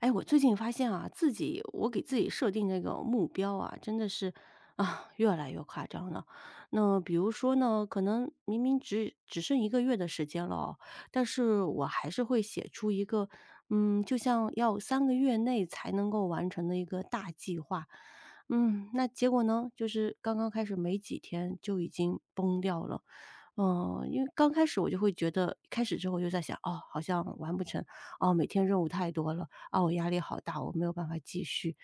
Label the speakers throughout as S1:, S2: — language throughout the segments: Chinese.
S1: 哎，我最近发现啊，我给自己设定那个目标啊，真的是啊，越来越夸张了。那比如说呢，可能明明只剩一个月的时间了哦。但是我还是会写出一个，就像要3个月内才能够完成的一个大计划。那结果呢，就是刚刚开始没几天就已经崩掉了。因为刚开始我就会觉得，开始之后我就在想，哦，好像完不成，哦，每天任务太多了。啊，我压力好大，我没有办法继续。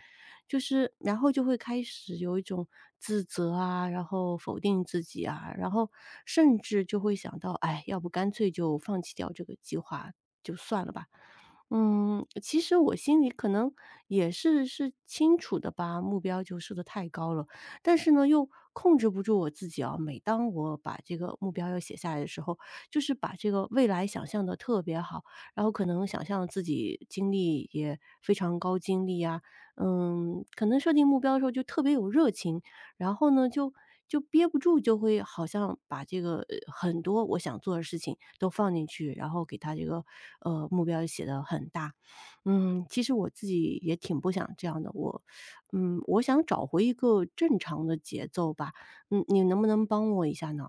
S1: 就是然后就会开始有一种自责啊，然后否定自己啊，然后甚至就会想到，哎，要不干脆就放弃掉这个计划就算了吧。其实我心里可能也是清楚的吧，目标就设得太高了，但是呢，又控制不住我自己啊。每当我把这个目标要写下来的时候，就是把这个未来想象的特别好，然后可能想象自己经历也非常高精力啊，可能设定目标的时候就特别有热情，然后呢，就憋不住，就会好像把这个很多我想做的事情都放进去，然后给他这个目标写的很大。其实我自己也挺不想这样的，我想找回一个正常的节奏吧。你能不能帮我一下呢？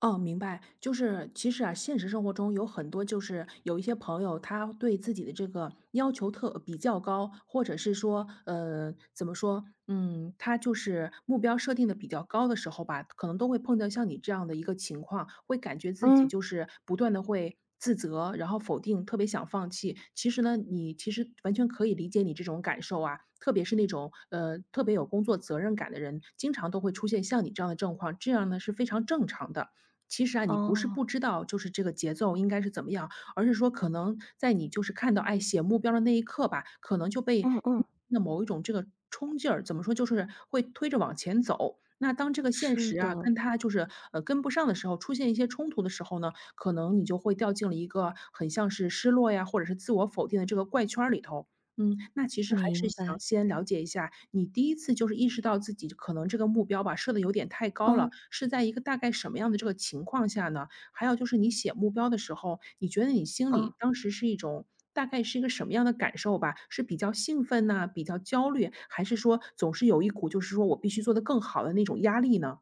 S2: 哦，明白。就是其实啊，现实生活中有很多，就是有一些朋友，他对自己的这个要求特比较高，或者是说，怎么说，嗯，他就是目标设定的比较高的时候吧，可能都会碰到像你这样的一个情况，会感觉自己
S1: 嗯，
S2: 就是不断的会，自责，然后否定，特别想放弃。其实呢，你其实完全可以理解你这种感受啊，特别是那种特别有工作责任感的人，经常都会出现像你这样的状况，这样呢是非常正常的。其实啊，你不是
S1: 哦，
S2: 不知道就是这个节奏应该是怎么样，而是说可能在你就是看到，哎，写目标的那一刻吧，可能就被
S1: 嗯嗯，
S2: 那某一种这个冲劲儿，怎么说，就是会推着往前走。那当这个现
S1: 是
S2: 实啊，
S1: 的，
S2: 跟他就是跟不上的时候，出现一些冲突的时候呢，可能你就会掉进了一个很像是失落呀，或者是自我否定的这个怪圈儿里头。嗯，那其实还是
S1: 明
S2: 想
S1: 白。
S2: 先了解一下，你第一次就是意识到自己可能这个目标吧，设的有点太高了，
S1: 哦，
S2: 是在一个大概什么样的这个情况下呢？还有就是你写目标的时候，你觉得你心
S1: 哦。
S2: 里当时是一种大概是一个什么样的感受吧？是比较兴奋呐，比较焦虑，还是说总是有一股就是说我必须做得更好的那种压力呢？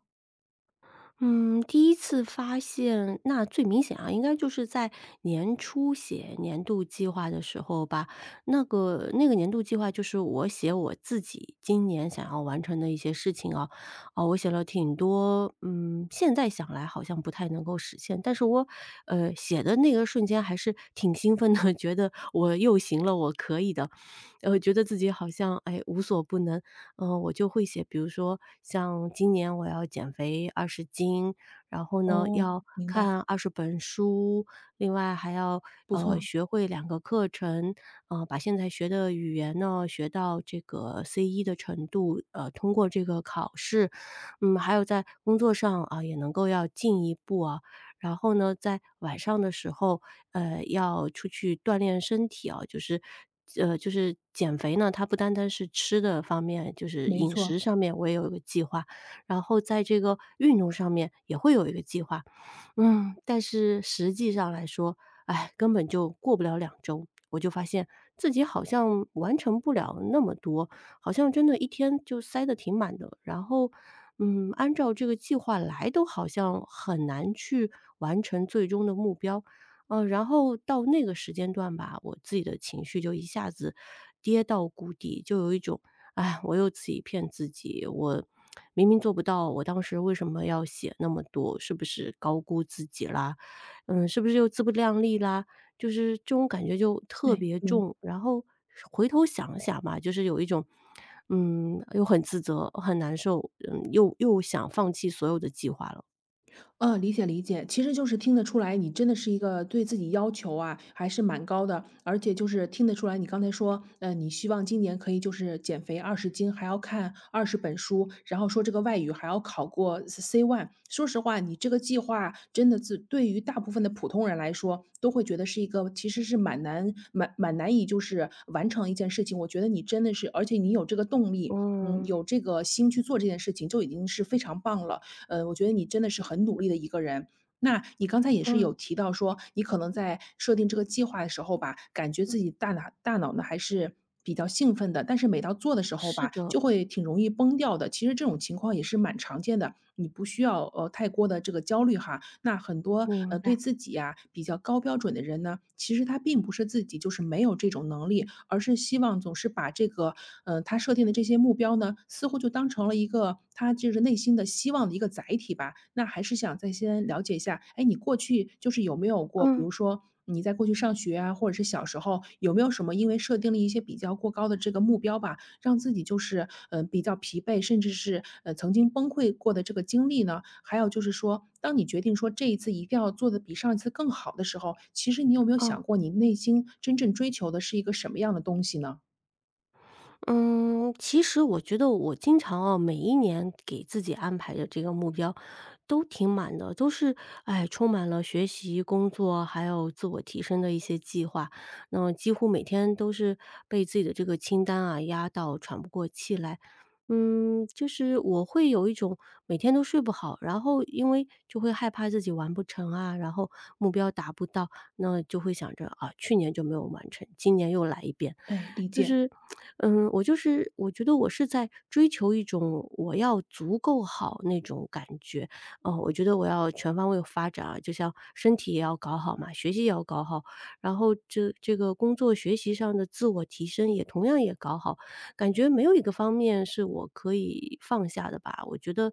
S1: 嗯，第一次发现，那最明显啊，应该就是在年初写年度计划的时候吧。那个年度计划就是我写我自己今年想要完成的一些事情啊，啊，我写了挺多，现在想来好像不太能够实现，但是我，写的那个瞬间还是挺兴奋的，觉得我又行了，我可以的，觉得自己好像哎无所不能。我就会写，比如说像今年我要减肥20斤，然后呢，
S2: 哦，
S1: 要
S2: 明白，
S1: 看20本书，另外还要，
S2: 不错，
S1: 学会两个课程，把现在学的语言呢，学到这个 C1的程度，通过这个考试。还有在工作上，啊，也能够要进一步啊。然后呢，在晚上的时候，要出去锻炼身体啊，就是减肥呢，它不单单是吃的方面，就是
S2: 没
S1: 饮
S2: 错，
S1: 食上面我也有一个计划，然后在这个运动上面也会有一个计划。但是实际上来说，哎，根本就过不了2周，我就发现自己好像完成不了那么多，好像真的一天就塞得挺满的。然后，按照这个计划来都好像很难去完成最终的目标。然后到那个时间段吧，我自己的情绪就一下子跌到谷底，就有一种哎，我又自己骗自己，我明明做不到，我当时为什么要写那么多？是不是高估自己啦？是不是又自不量力啦？就是这种感觉就特
S2: 对，
S1: 别
S2: 明白。
S1: 重。然后回头想想吧，就是有一种，又很自责，很难受，又想放弃所有的计划了。
S2: 嗯，理解理解，其实就是听得出来，你真的是一个对自己要求啊，还是蛮高的，而且就是听得出来，你刚才说，你希望今年可以就是减肥20斤，还要看20本书，然后说这个外语还要考过 C1。说实话，你这个计划真的自对于大部分的普通人来说，都会觉得是一个其实是蛮难、蛮难以就是完成一件事情。我觉得你真的是，而且你有这个动力，嗯，
S1: 嗯
S2: 有这个心去做这件事情，就已经是非常棒了。我觉得你真的是很努力的一个人。那你刚才也是
S1: 嗯，
S2: 有提到说，你可能在设定这个计划的时候吧，感觉自己大脑呢还是比较兴奋的，但是每到做的时候
S1: 是
S2: 吧，
S1: 的，
S2: 就会挺容易崩掉的。其实这种情况也是蛮常见的，你不需要太过的这个焦虑哈。那很多
S1: 明
S2: 对
S1: 白。
S2: 自己呀、比较高标准的人呢，其实他并不是自己就是没有这种能力，而是希望总是把这个，他设定的这些目标呢，似乎就当成了一个他就是内心的希望的一个载体吧。那还是想再先了解一下，哎，你过去就是有没有过，比
S1: 嗯
S2: 如说你在过去上学啊，或者是小时候有没有什么因为设定了一些比较过高的这个目标吧，让自己就是，比较疲惫，甚至是，曾经崩溃过的这个经历呢？还有就是说，当你决定说这一次一定要做的比上一次更好的时候，其实你有没有
S1: 嗯。
S2: 想过，你内心真正追求的是一个什么样的东西呢？
S1: 嗯，其实我觉得我经常啊，每一年给自己安排的这个目标都挺满的，都是充满了学习、工作还有自我提升的一些计划。那几乎每天都是被自己的这个清单啊压到喘不过气来。就是我会有一种每天都睡不好，然后因为就会害怕自己完不成啊，然后目标达不到，那就会想着啊，去年就没有完成，今年又来一遍。
S2: 哎，理
S1: 就
S2: 解，
S1: 是，我觉得我是在追求一种我要足够好那种感觉，哦，我觉得我要全方位发展啊，就像身体也要搞好嘛，学习也要搞好，然后这个工作学习上的自我提升也同样也搞好，感觉没有一个方面是我可以放下的吧，我觉得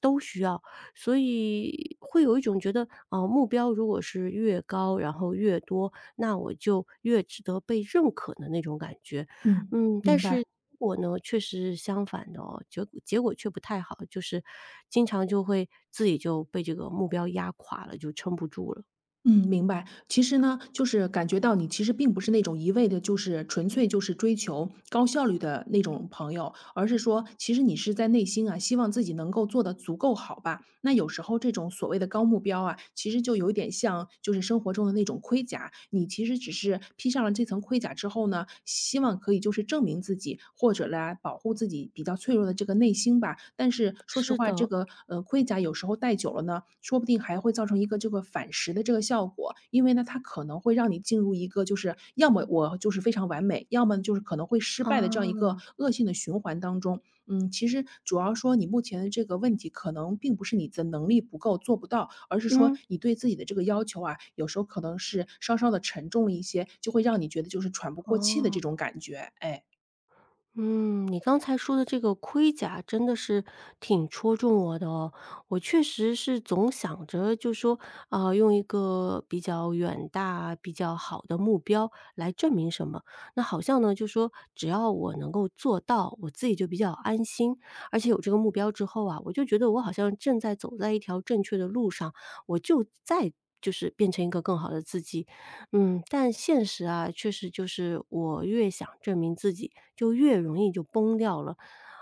S1: 都需要，所以会有一种觉得，啊、目标如果是越高，然后越多。那我就越值得被认可的那种感觉。
S2: 嗯，
S1: 但
S2: 明白。
S1: 是我呢，确实是相反的哦，结果却不太好，就是经常就会自己就被这个目标压垮了，就撑不住了。
S2: 嗯，明白。其实呢，就是感觉到你其实并不是那种一味的，就是纯粹就是追求高效率的那种朋友，而是说，其实你是在内心啊，希望自己能够做得足够好吧。那有时候这种所谓的高目标啊，其实就有一点像就是生活中的那种盔甲，你其实只是披上了这层盔甲之后呢，希望可以就是证明自己，或者来保护自己比较脆弱的这个内心吧。但是说实
S1: 是
S2: 话，这
S1: 的，
S2: 个盔甲有时候戴久了呢，说不定还会造成一个这个反噬的这个效果。因为呢，它可能会让你进入一个就是要么我就是非常完美，要么就是可能会失败的这样一个
S1: 啊，
S2: 恶性的循环当中。嗯，其实主要说你目前的这个问题，可能并不是你的能力不够做不到，而是说
S1: 嗯，
S2: 你对自己的这个要求啊，有时候可能是稍稍的沉重了一些，就会让你觉得就是喘不过气的这种
S1: 哦。
S2: 感觉。哎，
S1: 嗯，你刚才说的这个盔甲真的是挺戳中我的哦。我确实是总想着就说，啊、用一个比较远大、比较好的目标来证明什么。那好像呢，就说只要我能够做到，我自己就比较安心。而且有这个目标之后啊，我就觉得我好像正在走在一条正确的路上，我就在。就是变成一个更好的自己，但现实啊，确实就是我越想证明自己，就越容易就崩掉了。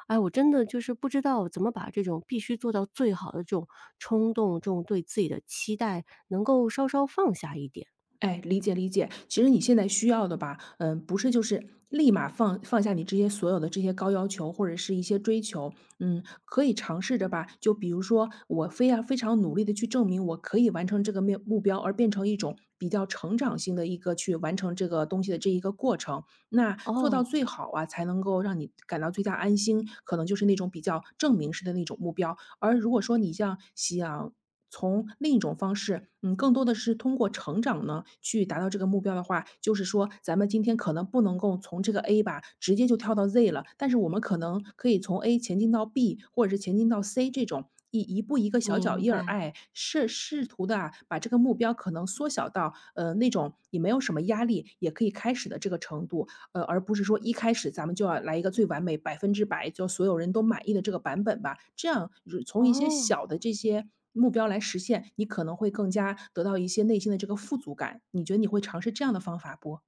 S1: 哎，我真的就是不知道怎么把这种必须做到最好的这种冲动，这种对自己的期待能够稍稍放下一点。
S2: 哎，理解理解。其实你现在需要的吧，嗯，不是就是立马放下你这些所有的这些高要求或者是一些追求，嗯，可以尝试着吧。就比如说，我非要非常努力的去证明我可以完成这个目标，而变成一种比较成长性的一个去完成这个东西的这一个过程。那做到
S1: 哦。
S2: 最好啊，才能够让你感到最大安心。可能就是那种比较证明式的那种目标。而如果说你像想从另一种方式，嗯，更多的是通过成长呢，去达到这个目标的话，就是说咱们今天可能不能够从这个 A 吧，直接就跳到 Z 了，但是我们可能可以从 A 前进到 B，或者是前进到 C 这种。一步一个小脚
S1: 明
S2: 印儿，
S1: 白。
S2: 哎，试图的啊，把这个目标可能缩小到那种也没有什么压力，也可以开始的这个程度。而不是说一开始咱们就要来一个最完美、百分之百，就所有人都满意的这个版本吧。这样如从一些
S1: 哦。
S2: 小的这些目标来实现，你可能会更加得到一些内心的这个富足感。你觉得你会尝试这样的方法不？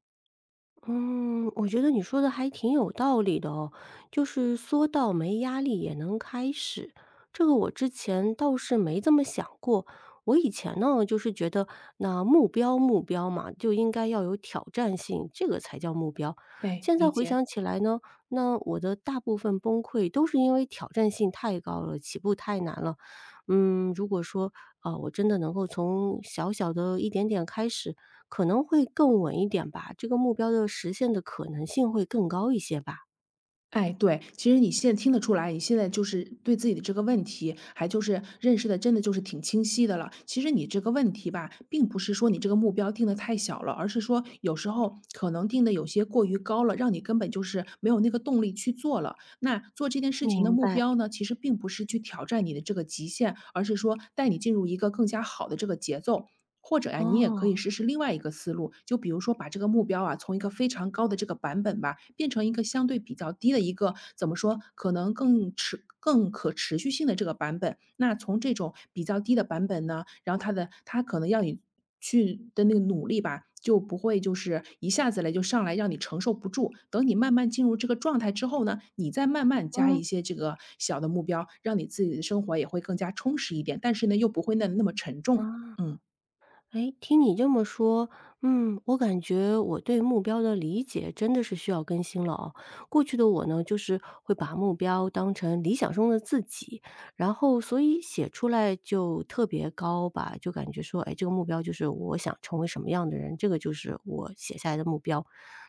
S1: 嗯，我觉得你说的还挺有道理的哦，就是说到没压力也能开始，这个我之前倒是没这么想过。我以前呢，就是觉得那目标目标嘛，就应该要有挑战性，这个才叫目标。
S2: 哎，
S1: 现在
S2: 理
S1: 回
S2: 解。
S1: 想起来呢，那我的大部分崩溃都是因为挑战性太高了，起步太难了，如果说，啊，我真的能够从小小的一点点开始，可能会更稳一点吧，这个目标的实现的可能性会更高一些吧。
S2: 哎，对，其实你现在听得出来，你现在就是对自己的这个问题，还就是认识的，真的就是挺清晰的了。其实你这个问题吧，并不是说你这个目标定的太小了，而是说有时候可能定的有些过于高了，让你根本就是没有那个动力去做了。那做这件事情的
S1: 明
S2: 目
S1: 白，
S2: 标呢，其实并不是去挑战你的这个极限，而是说带你进入一个更加好的这个节奏。或者呀，你也可
S1: 哦，
S2: 以试试另外一个思路，就比如说把这个目标啊，从一个非常高的这个版本吧，变成一个相对比较低的一个，怎么说，可能更持更可持续性的这个版本。那从这种比较低的版本呢，然后它的它可能要你去的那个努力吧，就不会就是一下子来就上来让你承受不住。等你慢慢进入这个状态之后呢，你再慢慢加
S1: 嗯，
S2: 一些这个小的目标，让你自己的生活也会更加充实一点，但是呢，又不会那么沉重。
S1: 啊。
S2: 嗯，
S1: 哎，听你这么说，我感觉我对目标的理解真的是需要更新了哦。过去的我呢，就是会把目标当成理想中的自己，然后所以写出来就特别高吧，就感觉说，哎，这个目标就是我想成为什么样的人，这个就是我写下来的目标。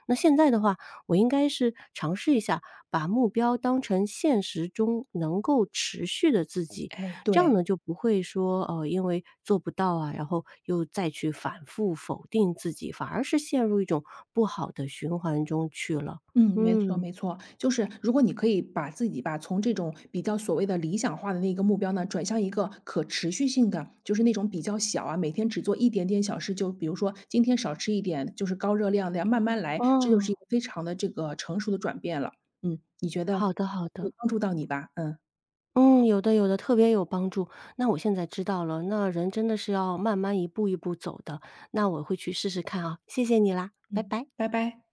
S1: 那现在的话，我应该是尝试一下把目标当成现实中能够持续的自己。
S2: 哎，
S1: 这样
S2: 对。
S1: 呢，就不会说，因为做不到啊，然后又再去反复否定自己，反而是陷入一种不好的循环中去了。
S2: 嗯，没错
S1: 嗯，
S2: 没错，就是如果你可以把自己吧，从这种比较所谓的理想化的那个目标呢，转向一个可持续性的，就是那种比较小啊，每天只做一点点小事，就比如说今天少吃一点，就是高热量的呀，慢慢来，这就是一
S1: 哦，
S2: 个非常的这个成熟的转变了。嗯，你觉得
S1: 好的好的。
S2: 会帮助到你吧？嗯。
S1: 嗯，有的有的，特别有帮助。那我现在知道了，那人真的是要慢慢一步一步走的，那我会去试试看啊，谢谢你啦，拜
S2: 嗯，
S1: 拜。
S2: 拜拜。